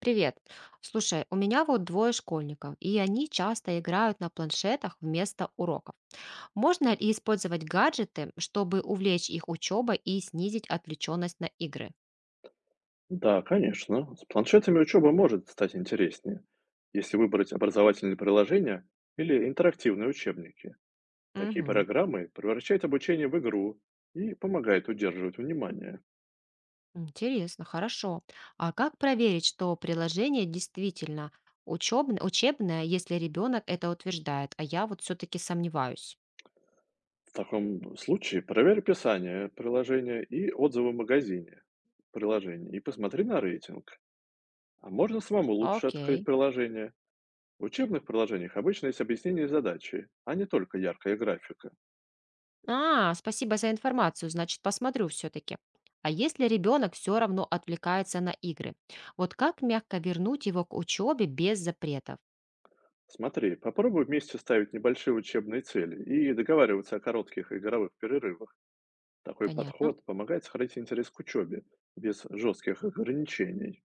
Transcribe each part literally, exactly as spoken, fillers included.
Привет. Слушай, у меня вот двое школьников, и они часто играют на планшетах вместо уроков. Можно ли использовать гаджеты, чтобы увлечь их учебой и снизить отвлеченность на игры? Да, конечно. С планшетами учеба может стать интереснее, если выбрать образовательные приложения или интерактивные учебники. Такие Мгм. программы превращают обучение в игру и помогают удерживать внимание. Интересно, хорошо. А как проверить, что приложение действительно учебное, учебное, если ребенок это утверждает, а я вот все-таки сомневаюсь? В таком случае проверь описание приложения и отзывы в магазине приложений и посмотри на рейтинг. А можно самому лучше открыть Окей. приложение. В учебных приложениях обычно есть объяснение задачи, а не только яркая графика. А, спасибо за информацию, значит, посмотрю все-таки. А если ребенок все равно отвлекается на игры, вот как мягко вернуть его к учебе без запретов? Смотри, попробуй вместе ставить небольшие учебные цели и договариваться о коротких игровых перерывах. Такой Понятно. подход помогает сохранить интерес к учебе без жестких ограничений.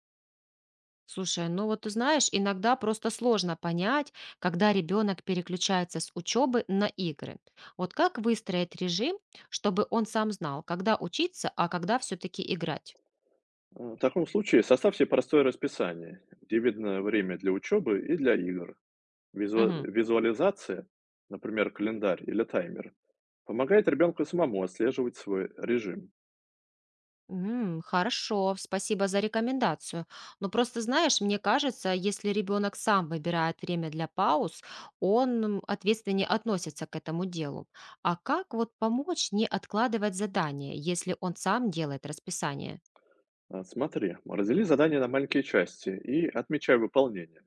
Слушай, ну вот ты знаешь, иногда просто сложно понять, когда ребенок переключается с учебы на игры. Вот как выстроить режим, чтобы он сам знал, когда учиться, а когда все-таки играть? А, в таком случае составь себе простое расписание, где видно время для учебы и для игр. Визу- Мгм. Визуализация, например, календарь или таймер, помогает ребенку самому отслеживать свой режим. М, Хорошо, спасибо за рекомендацию. Но просто знаешь, мне кажется, если ребенок сам выбирает время для пауз, он м, ответственнее относится к этому делу. А как вот помочь не откладывать задание, если он сам делает расписание? А, смотри, раздели задание на маленькие части и отмечай выполнение.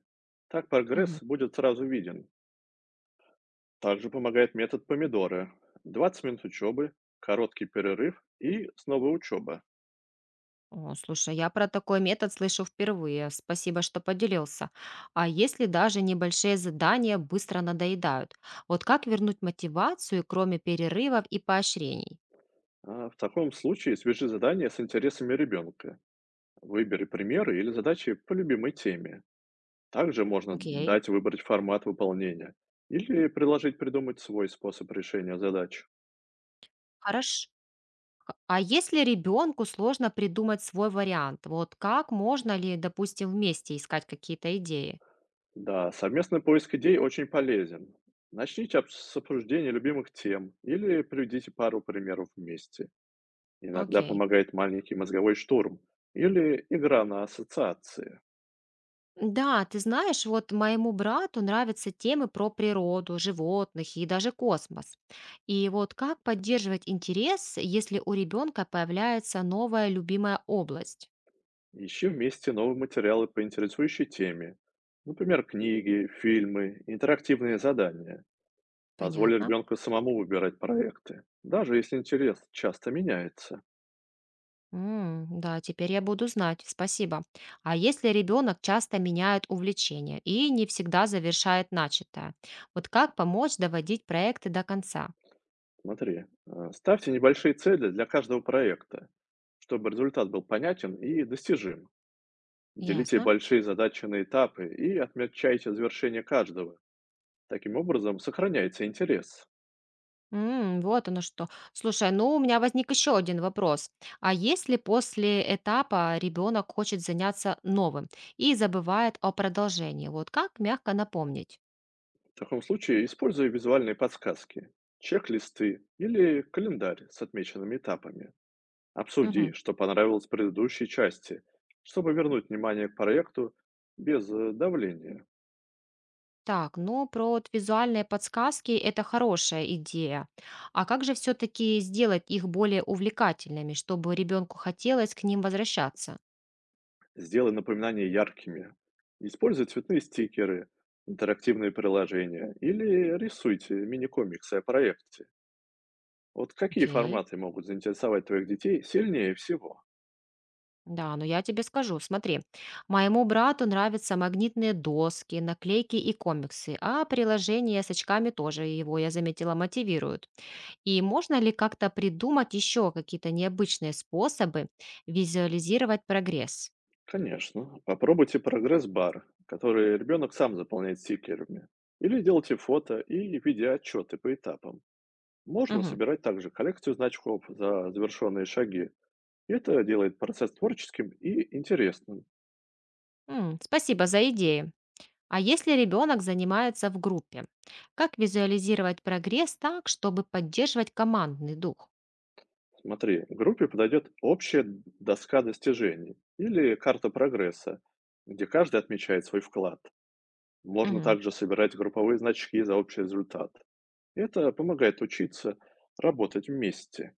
Так Мгм. прогресс будет сразу виден, также помогает метод помидора. двадцать минут учебы, короткий перерыв и снова учеба. О, слушай, я про такой метод слышу впервые. Спасибо, что поделился. А если даже небольшие задания быстро надоедают? Вот как вернуть мотивацию, кроме перерывов и поощрений? А, в таком случае свяжи задание с интересами ребенка. Выбери примеры или задачи по любимой теме. Также можно Окей, дать выбрать формат выполнения или предложить придумать свой способ решения задач. хорошо. К- А если ребенку сложно придумать свой вариант, вот как можно ли, допустим, вместе искать какие-то идеи? Да, совместный поиск идей очень полезен. Начните об- с обсуждения любимых тем или приведите пару примеров вместе. Иногда Окей. помогает маленький мозговой штурм или игра на ассоциации. Да, ты знаешь, вот моему брату нравятся темы про природу, животных и даже космос. И вот как поддерживать интерес, если у ребенка появляется новая любимая область? Ищи вместе новые материалы по интересующей теме. Например, книги, фильмы, интерактивные задания. Позволь Понятно. ребенку самому выбирать проекты, даже если интерес часто меняется. М, Да, теперь я буду знать. Спасибо. А если ребенок часто меняет увлечение и не всегда завершает начатое, вот как помочь доводить проекты до конца? Смотри, э, ставьте небольшие цели для каждого проекта, чтобы результат был понятен и достижим. Делите Ясно. большие задачи на этапы и отмечайте завершение каждого. Таким образом, сохраняется интерес. М, вот оно что. Слушай, ну у меня возник еще один вопрос. А если после этапа ребенок хочет заняться новым и забывает о продолжении, вот как мягко напомнить? В таком случае используй визуальные подсказки, чек-листы или календарь с отмеченными этапами. Обсуди, что понравилось в предыдущей части, чтобы вернуть внимание к проекту без э, давления. Так, ну про вот визуальные подсказки это хорошая идея. А как же все-таки сделать их более увлекательными, чтобы ребенку хотелось к ним возвращаться? Сделай напоминания яркими. Используй цветные стикеры, интерактивные приложения или рисуйте мини-комиксы о проекте. Вот какие Окей. форматы могут заинтересовать твоих детей сильнее всего? Да, но я тебе скажу, смотри, моему брату нравятся магнитные доски, наклейки и комиксы, а приложения с очками тоже его, я заметила, мотивируют. И можно ли как-то придумать еще какие-то необычные способы визуализировать прогресс? Конечно. Попробуйте прогресс-бар, который ребенок сам заполняет стикерами. Или делайте фото и видеоотчеты по этапам. Можно Мгм. собирать также коллекцию значков за завершенные шаги. И это делает процесс творческим и интересным. М, спасибо за идеи. А если ребенок занимается в группе, как визуализировать прогресс так, чтобы поддерживать командный дух? Смотри, группе подойдет общая доска достижений или карта прогресса, где каждый отмечает свой вклад. Можно Мгм. также собирать групповые значки за общий результат. Это помогает учиться работать вместе.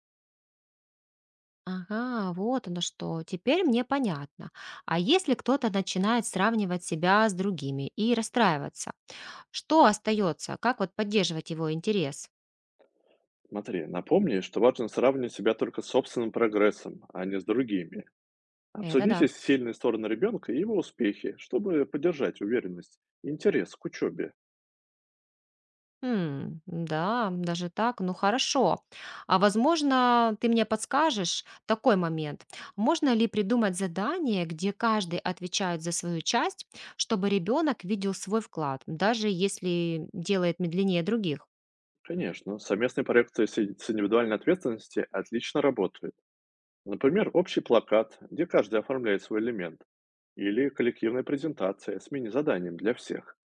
Ага, вот оно что. Теперь мне понятно. А если кто-то начинает сравнивать себя с другими и расстраиваться, что остается? Как вот поддерживать его интерес? Смотри, напомни, что важно сравнивать себя только с собственным прогрессом, а не с другими. Это Обсудите да. сильные стороны ребенка и его успехи, чтобы поддержать уверенность и интерес к учебе. М, да, даже так, ну хорошо. А возможно, ты мне подскажешь такой момент. Можно ли придумать задание, где каждый отвечает за свою часть, чтобы ребенок видел свой вклад, даже если делает медленнее других? Конечно, совместные проекты с и- с индивидуальной ответственности отлично работают. Например, общий плакат, где каждый оформляет свой элемент, или коллективная презентация с мини-заданием для всех.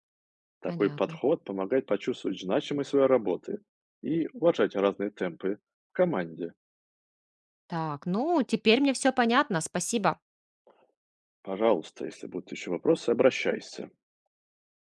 Такой Понятно. подход помогает почувствовать значимость своей работы и уважать разные темпы в команде. Так, ну теперь мне все понятно, спасибо. Пожалуйста, если будут еще вопросы, обращайся.